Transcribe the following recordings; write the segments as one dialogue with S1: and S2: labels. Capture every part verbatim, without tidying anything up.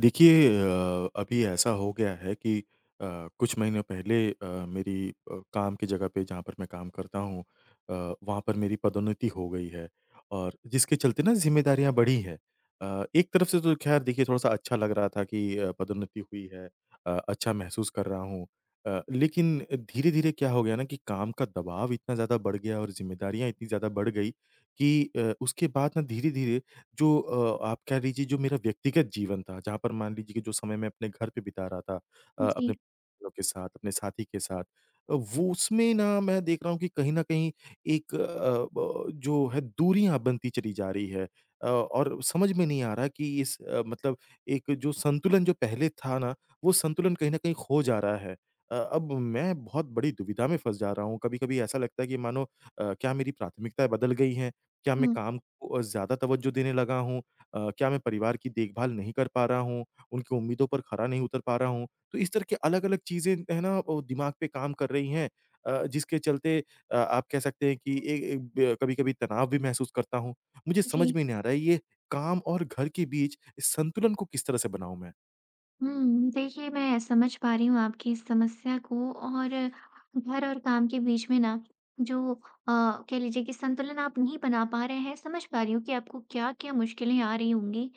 S1: देखिए अ, अभी ऐसा हो गया है कि अ, कुछ महीनों पहले अ, मेरी अ, काम की जगह पे जहाँ पर मैं काम करता हूँ, अ, वहाँ पर मेरी पदोन्नति हो गई है और जिसके चलते ना ज़िम्मेदारियाँ बढ़ी हैं। अ, एक तरफ से तो ख़ैर देखिए थोड़ा-सा अच्छा लग रहा था कि अ, पदोन्नति हुई है, अ, अच्छा महसूस कर रहा हूँ। अ, लेकिन धीरे-धीरे क्या हो गया ना कि काम का दबाव इतना ज़्यादा बढ़ गया और ज़िम्मेदारियाँ इतनी ज़्यादा बढ़ गई कि अ, उसके बाद ना धीरे-धीरे जो अ, आप कह लीजिए जो मेरा व्यक्तिगत जीवन था, जहाँ पर मान लीजिए कि जो समय मैं अपने घर पे बिता रहा था अ,
S2: जी।
S1: अपने लोग के साथ, अपने साथी के साथ, अ, वो उसमें ना मैं देख रहा हूँ कि कहीं न कहीं एक अ, ब जो है दूरियाँ बनती चली जा रही है। अ, और समझ में नहीं आ रहा कि इस अ, मतलब एक जो संतुलन जो पहले था ना, वो संतुलन कहीं न कहीं खो जा रहा है। अ, अब मैं बहुत बड़ी दुविधा में फँस जा रहा हूँ। कभी-कभी ऐसा लगता है कि मानो अ, क्या मेरी प्राथमिकताएँ बदल गई हैं? क्या मैं
S2: हुँ,
S1: काम को अ, ज़्यादा तवज्जो देने लगा हूँ? अ, क्या मैं परिवार की देखभाल नहीं कर पा रहा हूँ? उनकी उम्मीदों पर खरा नहीं उतर पा रहा हूँ? तो इस तरह की अलग-अलग चीज़ें है ना वो दिमाग पे काम कर रही हैं, अ, जिसके चलते अ, आप कह सकते हैं कि ए ए, ब कभी-कभी तनाव भी महसूस करता हूँ। मुझे
S2: जी।
S1: समझ में नहीं आ रहा है ये काम और घर के बीच इस संतुलन को किस तरह से बनाऊँ मैं?
S2: हुँ, देखिए मैं समझ पा रही हूँ आपकी इस समस्या को और घर और काम के बीच में ना जो अ, कह लीजिए कि संतुलन आप नहीं बना पा रहे हैं, समझ पा रही हूँ कि आपको क्या-क्या मुश्किलें आ रही होंगी।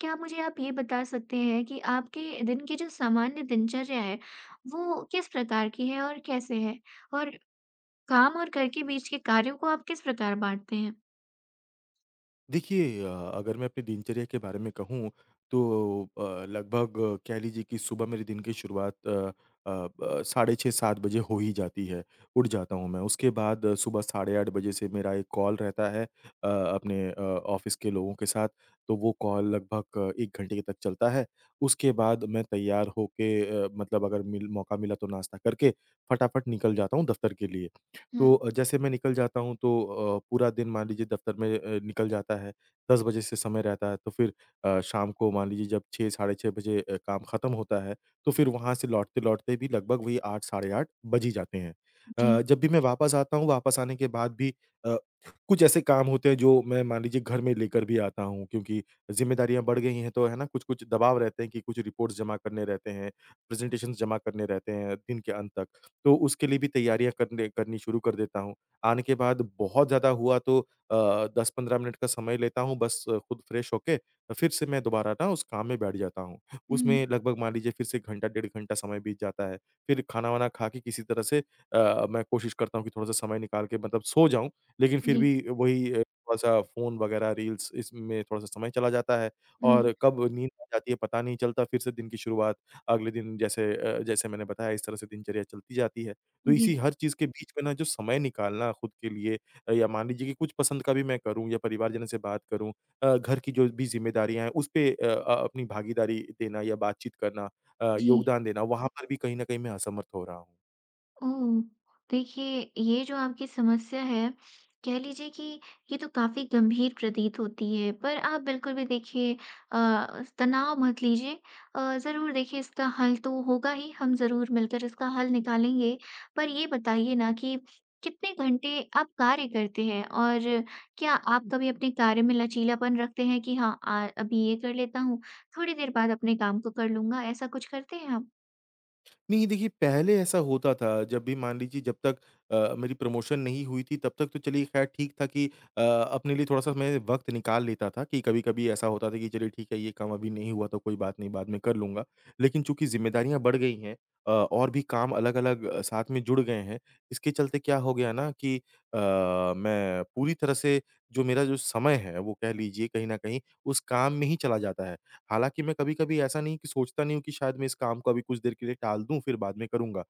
S2: क्या मुझे आप ये बता सकते हैं कि आपके दिन की जो सामान्य दिनचर्या है, वो किस प्रकार की है और कैसे है? और काम और घर के बीच के कार्यों को आप किस प्रकार बाँटते हैं?
S1: देखिए अ, अगर मैं अपनी दिनचर्या के बारे में कहूँ तो अ, लगभग अ, कह लीजिए कि सुबह मेरे दिन की शुरुआत अ, अ, ब- साढ़े छः सात बजे हो ही जाती है। उठ जाता हूँ मैं। उसके बाद अ, सुबह साढ़े आठ बजे से मेरा एक कॉल रहता है अ, अपने अ, ऑफिस के लोगों के साथ। तो वो कॉल लगभग अ, एक घंटे तक चलता है। उसके बाद मैं तैयार होके अ, मतलब अगर मिल मौका मिला तो नाश्ता करके फटाफट निकल जाता हूँ दफ्तर के लिए। तो
S2: हुँ,
S1: अ, जैसे मैं निकल जाता हूँ तो अ, पूरा दिन मान लीजिए दफ़्तर में अ, निकल जाता है, दस बजे से समय रहता है, तो फिर अ, शाम को मान लीजिए जब छह साढ़े छह बजे अ, काम ख़त्म होता है, तो फिर वहाँ से लौटते-लौटते भी लगभग वही आठ साढ़े आठ बज ही जाते हैं।
S2: जी।
S1: अ, जब भी मैं वापस आता हूँ, वापस आने के बाद भी अ, कुछ ऐसे काम होते हैं जो मैं मान लीजिए घर में लेकर भी आता हूँ, क्योंकि ज़िम्मेदारियाँ बढ़ गई हैं तो है ना, कुछ-कुछ दबाव रहते हैं कि कुछ रिपोर्ट्स जमा करने रहते हैं, प्रेज़ेंटेशंस जमा करने रहते हैं दिन के अंत तक। तो उसके लिए भी तैयारियाँ करने करनी शुरू कर देता हूँ। आने के बाद बहुत ज़्यादा हुआ तो अ, दस पंद्रह मिनट का समय लेता हूँ बस अ, खुद फ्रेश होके फिर से मैं दोबारा ना उस काम में बैठ जाता हूँ।
S2: हुँ,
S1: उसमें लगभग मान लीजिए फिर से घंटा डेढ़ घंटा समय बीत जाता है। फिर खाना-वाना खा के किसी तरह से अ, मैं कोशिश करता हूँ कि थोड़ा-सा समय निकाल के मतलब सो जाऊँ, लेकिन फिर
S2: जी।
S1: भी वही अ, थोड़ा-सा फ़ोन वगैरह रील्स इसमें थोड़ा-सा समय चला जाता है
S2: हुँ,
S1: और कब नींद आ जाती है पता नहीं चलता, फिर से दिन की शुरुआत अगले दिन जैसे अ, जैसे मैंने बताया इस तरह से दिनचर्या चलती जाती है। तो इसी
S2: जी,
S1: हर चीज़ के बीच में ना जो समय निकालना खुद के लिए अ, या मान लीजिए कि कुछ पसंद का भी मैं करूँ या परिवारजनों से बात करूँ, अ, घर की जो भी ज़िम्मेदारियाँ हैं उस पे अ अ, अपनी भागीदारी देना या बातचीत करना, अ,
S2: जी।
S1: योगदान देना, वहाँ पर भी कहीं न कहीं मैं असमर्थ हो रहा हूँ।
S2: ओह! देखिए, ये जो आपकी समस्या है, कह लीजिए कि ये तो काफ़ी गंभीर प्रतीत होती है, पर आप बिल्कुल भी देखिए अ, तनाव मत लीजिए। अ, ज़रूर देखिए इसका हल तो होगा ही, हम ज़रूर मिलकर इसका हल निकालेंगे। पर ये बताइए ना कि कितने घंटे आप कार्य करते हैं और क्या आप कभी अपने कार्य में लचीलापन रखते हैं कि हाँ अ, अभी ये कर लेता हूँ, थोड़ी देर बाद अपने काम को कर लूँगा, ऐसा कुछ करते हैं आप?
S1: नहीं देखिए, पहले ऐसा होता था जब भी मान लीजिए जब तक अ, मेरी प्रमोशन नहीं हुई थी, तब तक तो चलिए ख़ैर ठीक था कि अ, अपने लिए थोड़ा-सा मैं वक़्त निकाल लेता था कि कभी-कभी ऐसा होता था कि चलिए ठीक है ये काम अभी नहीं हुआ तो कोई बात नहीं, बाद में कर लूँगा। लेकिन चूँकि ज़िम्मेदारियाँ बढ़ गई हैं अ, और भी काम अलग-अलग साथ में जुड़ गए हैं, इसके चलते क्या हो गया ना कि अ, मैं पूरी तरह से जो मेरा जो समय है वो कह लीजिए कहीं न कहीं उस काम में ही चला जाता है। हालाँकि मैं कभी-कभी ऐसा नहीं कि सोचता नहीं हूँ कि शायद मैं इस काम को अभी कुछ देर के लिए टाल दूँ, फिर बाद में करूँगा।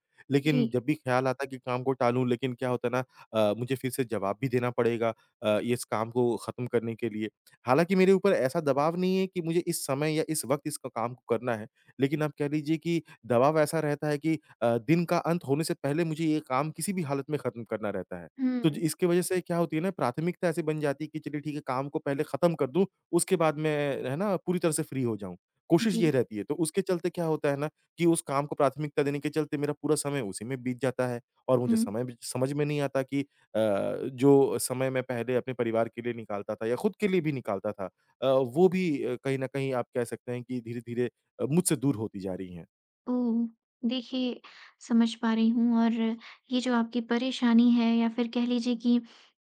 S2: जी।
S1: लेकिन जब भी ख़्याल आता है कि काम को टालूँ, लेकिन क्या होता है ना अ, मुझे फिर से जवाब भी देना पड़ेगा अ, इस काम को ख़त्म करने के लिए। हालाँकि मेरे ऊपर ऐसा दबाव नहीं है कि मुझे इस समय या इस वक़्त इस क काम को करना है। लेकिन आप कह लीजिए कि दबाव ऐसा रहता है कि अ, दिन का अंत होने से पहले मुझे ये काम किसी भी हालत में ख़त्म करना रहता है। तो ज
S2: हुँ।
S1: इसकी वजह से क्या होती है ना प्राथमिकता ऐसी बन जाती है कि चलिए ठीक है काम को पहले ख़त्म कर दूँ, उसके बाद मैं, है ना, पूरी तरह से फ्री हो जाऊँ। कोशिश
S2: जी।
S1: ये रहती है, तो उसके चलते क्या होता है ना कि उस काम को प्राथमिकता देने के चलते मेरा पूरा समय उसी में बीत जाता है और मुझे
S2: हुँ।
S1: समय भी समझ में नहीं आता कि अ, जो समय मैं पहले अपने परिवार के लिए निकालता था या खुद के लिए भी निकालता था, अ, वो भी अ, कहीं न कहीं आप कह सकते हैं कि धीरे-धीरे अ, मुझसे दूर होती जा रही हैं।
S2: ओह! देखिए, समझ पा रही हूँ और ये जो आपकी परेशानी है या फिर कह लीजिए कि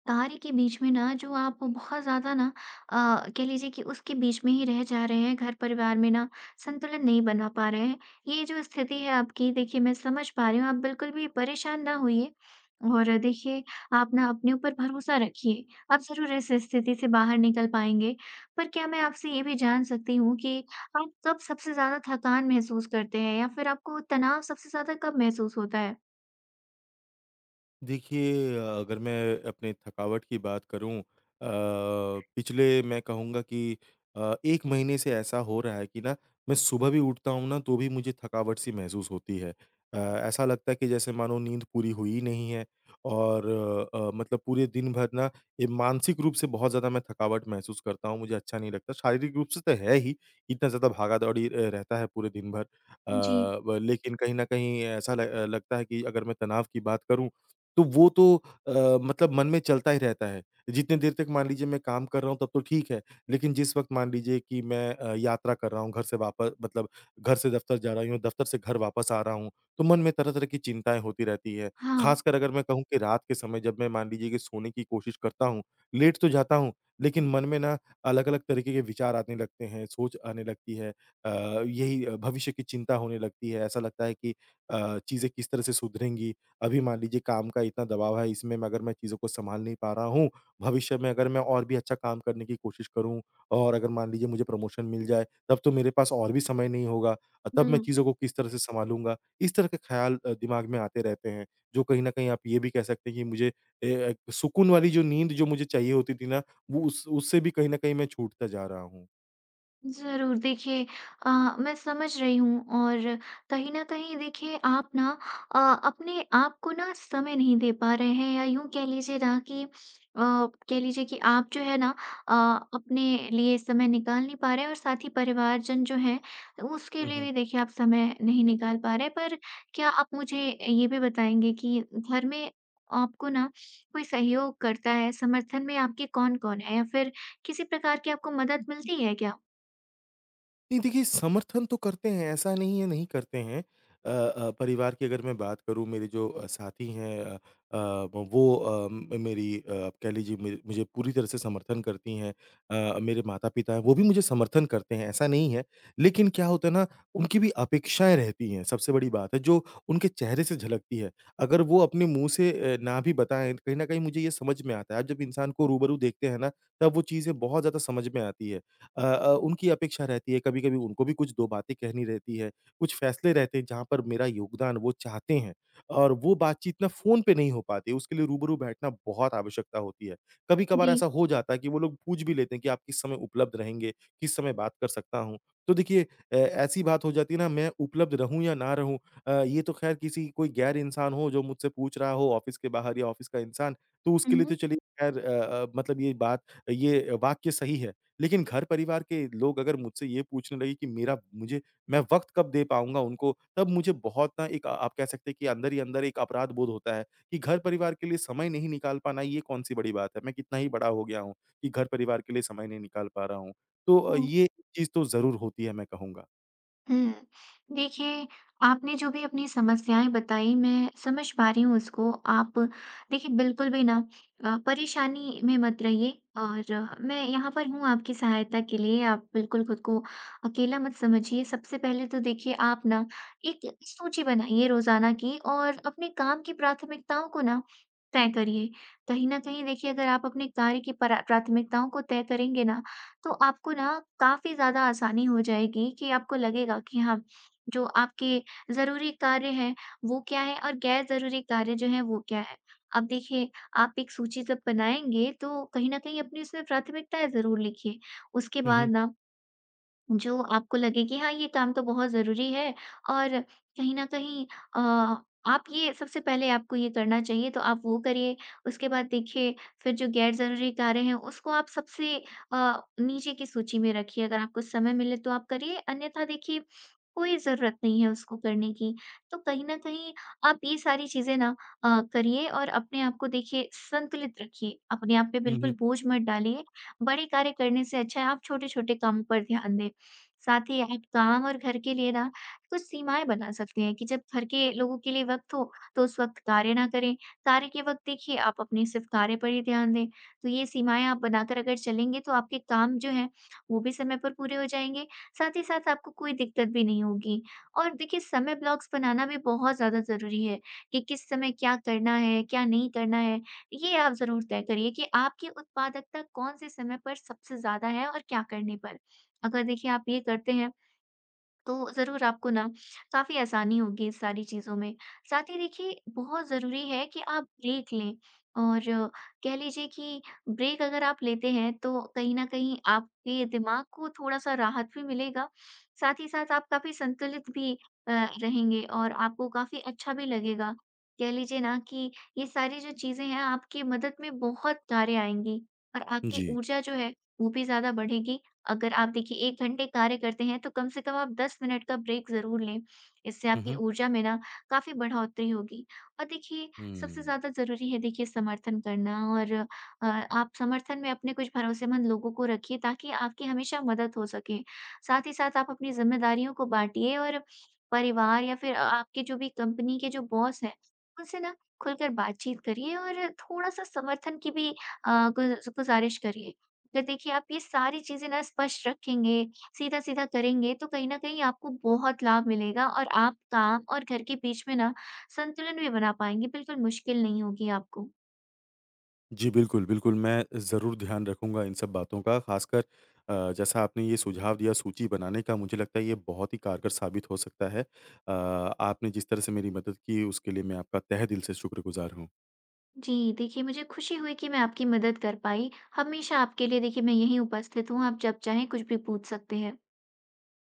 S2: कार्य के बीच में ना जो आप बहुत ज़्यादा ना अ, कह लीजिए कि उसके बीच में ही रह जा रहे हैं, घर-परिवार में ना संतुलन नहीं बना पा रहे हैं। ये जो स्थिति है आपकी देखिए मैं समझ पा रही हूँ, आप बिल्कुल भी परेशान ना होइए और देखिए आप ना अपने ऊपर भरोसा रखिए, आप ज़रूर इस स्थिति से बाहर निकल पाएँगे। पर क्या मैं आपसे ये भी जान सकती हूँ कि आप कब सबसे ज़्यादा थकान महसूस करते हैं या फिर आपको तनाव सबसे ज़्यादा कब महसूस होता है?
S1: देखिए अगर मैं अपने थकावट की बात करूँ, अ, पिछले मैं कहूँगा कि अ, एक महीने से ऐसा हो रहा है कि ना मैं सुबह भी उठता हूँ ना तो भी मुझे थकावट सी महसूस होती है। अ, ऐसा लगता है कि जैसे मानो नींद पूरी हुई ही नहीं है और अ, अ, मतलब पूरे दिन भर ना ये मानसिक रूप से बहुत ज़्यादा मैं थकावट महसूस करता हूँ, मुझे अच्छा नहीं लगता। शारीरिक रूप से तो है ही, इतना ज़्यादा भागा-दौड़ी अ, रहता है पूरे दिन भर। अ,
S2: जी,
S1: ब लेकिन कहीं न कहीं ऐसा ल लगता है कि अगर मैं तनाव की बात करूँ तो वो तो अ, मतलब मन में चलता ही रहता है। जितनी देर तक मान लीजिए मैं काम कर रहा हूँ तब तो ठीक है, लेकिन जिस वक़्त मान लीजिए कि मैं अ, यात्रा कर रहा हूँ, घर से वापस मतलब घर से दफ़्तर जा रही हूँ, दफ़्तर से घर वापस आ रहा हूँ, तो मन में तरह-तरह की चिंताएँ होती रहती है।
S2: हाँ।
S1: ख़ासकर अगर मैं कहूँ कि रात के समय जब मैं मान लीजिए कि सोने की कोशिश करता हूँ, लेट तो जाता हूँ, लेकिन मन में ना अलग-अलग तरीके के विचार आने लगते हैं, सोच आने लगती है। अ, यही अ, भविष्य की चिंता होने लगती है, ऐसा लगता है कि अ, चीज़ें किस तरह से सुधरेंगी? अभी मान लीजिए काम का इतना दबाव है, इसमें मैं अगर मैं चीज़ों को सँभाल नहीं पा रहा हूँ, भविष्य में अगर मैं और भी अच्छा काम करने की कोशिश करूँ और अगर मान लीजिए मुझे प्रमोशन मिल जाए, तब तो मेरे पास और भी समय नहीं होगा। अ, तब मैं
S2: हुँ।
S1: चीज़ों को किस तरह से सँभालूँगा? इस तरह के ख़्याल अ, दिमाग में आते रहते हैं, जो कहीं न कहीं आप ये भी कह सकते हैं कि मुझे ए, अ, सुकून वाली जो नींद जो मुझे चाहिए होती थी ना, वो उस उससे भी कहीं न कहीं मैं छूटता जा रहा हूँ।
S2: ज़रूर देखिए अ, मैं समझ रही हूँ और कहीं न कहीं देखिए आप ना अ, अपने आप को ना समय नहीं दे पा रहे हैं या यूँ कह लीजिए ना कि अ, कह लीजिए कि आप जो है ना अ, अपने लिए समय निकाल नहीं पा रहे हैं और साथ ही परिवारजन जो हैं उसके लिए भी देखिए आप समय नहीं निकाल पा रहे हैं। पर क्या आप मुझे ये भी बताएँगे कि घर में आपको ना कोई सहयोग करता है, समर्थन में आपके कौन-कौन है या फिर किसी प्रकार की आपको मदद मिलती है क्या?
S1: नहीं देखिए, समर्थन तो करते हैं, ऐसा नहीं है नहीं करते हैं। अ अ, परिवार की अगर मैं बात करूँ मेरे जो अ, साथी हैं अ अ, वो अ, म- मेरी अ, आप कह लीजिए मेरे मुझे पूरी तरह से समर्थन करती हैं। अ, मेरे माता-पिता हैं, वो भी मुझे समर्थन करते हैं, ऐसा नहीं है। लेकिन क्या होता है ना, उनकी भी अपेक्षाएँ रहती हैं, सबसे बड़ी बात है, जो उनके चेहरे से झलकती है। अगर वो अपने मुँह से अ, ना भी बताएँ, कहीं न कहीं मुझे ये समझ में आता है। अब जब इंसान को रूबरू देखते हैं ना, तब वो चीज़ें बहुत ज़्यादा समझ में आती है। अ अ, उनकी अपेक्षा रहती है, कभी-कभी उनको भी कुछ दो बातें कहनी रहती है, कुछ फ़ैसले रहते हैं जहाँ पर मेरा योगदान वो चाहते हैं और वो बातचीत ना फ़ोन पे नहीं हो पाती, उसके लिए रूबरू बैठना बहुत आवश्यकता होती है। कभी-कभार
S2: जी।
S1: ऐसा हो जाता है कि वो लोग पूछ भी लेते हैं कि आप किस समय उपलब्ध रहेंगे, किस समय बात कर सकता हूँ? तो देखिए अ, ऐसी बात हो जाती है ना मैं उपलब्ध रहूँ या ना रहूँ, अ, ये तो ख़ैर किसी कोई गैर इंसान हो जो मुझसे पूछ रहा हो ऑफ़िस के बाहर या ऑफ़िस का इंसान, तो
S2: हुँ,
S1: उसके लिए तो
S2: हुँ।
S1: चलिए ख़ैर अ अ, मतलब ये बात ये वाक्य सही है। लेकिन घर-परिवार के लोग अगर मुझसे ये पूछने लगे कि मेरा मुझे मैं वक़्त कब दे पाऊँगा उनको, तब मुझे बहुत ना एक आ- आप कह सकते हैं कि अंदर ही अंदर एक अपराध बोध होता है, कि घर-परिवार के लिए समय नहीं निकाल पाना ये कौन-सी बड़ी बात है? मैं कितना ही बड़ा हो गया हूँ, कि घर-परिवार के लिए समय नहीं निकाल पा रहा हूँ। तो अ,
S2: ओह!
S1: ये चीज़ तो ज़रूर होती है मैं कहूँगा।
S2: हुँ। देखिए, आपने जो भी अपनी समस्याएँ बताई, मैं समझ पा रही हूँ उसको। आप देखिए बिल्कुल भी ना अ, परेशानी में मत रहिए और अ, मैं यहाँ पर हूँ आपकी सहायता के लिए। आप बिल्कुल खुद को अकेला मत समझिए। सबसे पहले तो देखिए आप ना एक सूची बनाइए रोज़ाना की और अपने काम की प्राथमिकताओं को ना तय करिए। कहीं न कहीं देखिए अगर आप अपने कार्य की परा प्राथमिकताओं को तय करेंगे ना, तो आपको ना काफ़ी ज़्यादा आसानी हो जाएगी कि आपको लगेगा कि हाँ, जो आपके ज़रूरी कार्य हैं, वो क्या हैं और गैर ज़रूरी कार्य जो हैं, वो क्या हैं। अब देखिए, आप एक सूची जब बनाएँगे, तो कहीं न कहीं अपनी उसमें प्राथमिकताएँ ज़रूर लिखिए। उसके
S1: हुँ,
S2: बाद
S1: हुँ।
S2: ना जो आपको लगे कि हाँ, ये काम तो बहुत ज़रूरी है और कहीं न कहीं अ, आप ये सबसे पहले आपको ये करना चाहिए तो आप वो करिए। उसके बाद देखिए फिर जो गैर ज़रूरी कार्य हैं उसको आप सबसे अ, नीचे की सूची में रखिए। अगर आपको समय मिले तो आप करिए, अन्यथा देखिए कोई ज़रूरत नहीं है उसको करने की। तो कहीं न कहीं आप ये सारी चीज़ें ना अ, करिए और अपने आप को देखिए संतुलित रखिए। अपने आप पे
S1: हुँ, हुँ।
S2: बिल्कुल बोझ मत डालिए। बड़े कार्य करने से अच्छा है आप छोटे-छोटे कामों पर ध्यान दें। साथ ही आप काम और घर के लिए ना कुछ सीमाएँ बना सकते हैं कि जब घर के लोगों के लिए वक़्त हो, तो उस वक़्त कार्य ना करें। कार्य के वक़्त देखिए आप अपने सिर्फ़ कार्य पर ही ध्यान दें। तो ये सीमाएँ आप बनाकर अगर चलेंगे तो आपके काम जो हैं, वो भी समय पर पूरे हो जाएँगे, साथ ही साथ आपको कोई दिक्कत भी नहीं होगी। और देखिए समय ब्लॉक्स बनाना भी बहुत ज़्यादा ज़रूरी है कि किस समय क्या करना है, क्या नहीं करना है, ये आप ज़रूर तय करिए कि आपकी उत्पादकता कौन से समय पर सबसे ज़्यादा है और क्या करने पर। अगर देखिए आप ये करते हैं, तो ज़रूर आपको ना काफ़ी आसानी होगी इस सारी चीज़ों में। साथ ही देखिए बहुत ज़रूरी है कि आप ब्रेक लें और कह लीजिए कि ब्रेक अगर आप लेते हैं, तो कहीं न कहीं आपके दिमाग को थोड़ा-सा राहत भी मिलेगा, साथ ही साथ आप काफ़ी संतुलित भी अ, रहेंगे और आपको काफ़ी अच्छा भी लगेगा। कह लीजिए ना कि ये सारी जो चीज़ें हैं, आपकी मदद में बहुत कार्य आएँगी और आपकी
S1: जी।
S2: ऊर्जा जो है, वो भी ज़्यादा बढ़ेगी अगर आप देखिए एक घंटे कार्य करते हैं तो कम से कम आप दस मिनट का ब्रेक ज़रूर लें। इससे
S1: हुँ,
S2: आपकी
S1: हुँ।
S2: ऊर्जा में ना काफ़ी बढ़ोतरी होगी। और देखिए सबसे
S1: हुँ।
S2: ज़्यादा ज़रूरी है देखिए समर्थन करना और अ, आप समर्थन में अपने कुछ भरोसेमंद लोगों को रखिए ताकि आपकी हमेशा मदद हो सके। साथ ही साथ आप अपनी ज़िम्मेदारियों को बाँटिए और परिवार या फिर अ, आपके जो भी कंपनी के जो बॉस हैं, उनसे ना खुलकर बातचीत करिए और थोड़ा-सा समर्थन की भी अ, गुज़ गुज़ारिश करिए। अगर देखिए आप ये सारी चीज़ें ना स्पष्ट रखेंगे, सीधा-सीधा करेंगे तो कहीं न कहीं आपको बहुत लाभ मिलेगा और आप काम और घर के बीच में ना संतुलन भी बना पाएँगे, बिल्कुल मुश्किल नहीं होगी आपको।
S1: जी, बिल्कुल, बिल्कुल, मैं ज़रूर ध्यान रखूँगा इन सब बातों का, ख़ासकर अ, जैसा आपने ये सुझाव दिया सूची बनाने का, मुझे लगता है ये बहुत ही कारगर साबित हो सकता है। अ, आपने जिस तरह से मेरी मदद की, उसके लिए मैं आपका तहे दिल से शुक्रगुज़ार हूँ।
S2: जी, देखिए मुझे खुशी हुई कि मैं आपकी मदद कर पाई। हमेशा आपके लिए देखिए मैं यहीं उपस्थित हूँ, आप जब चाहें कुछ भी पूछ सकते हैं।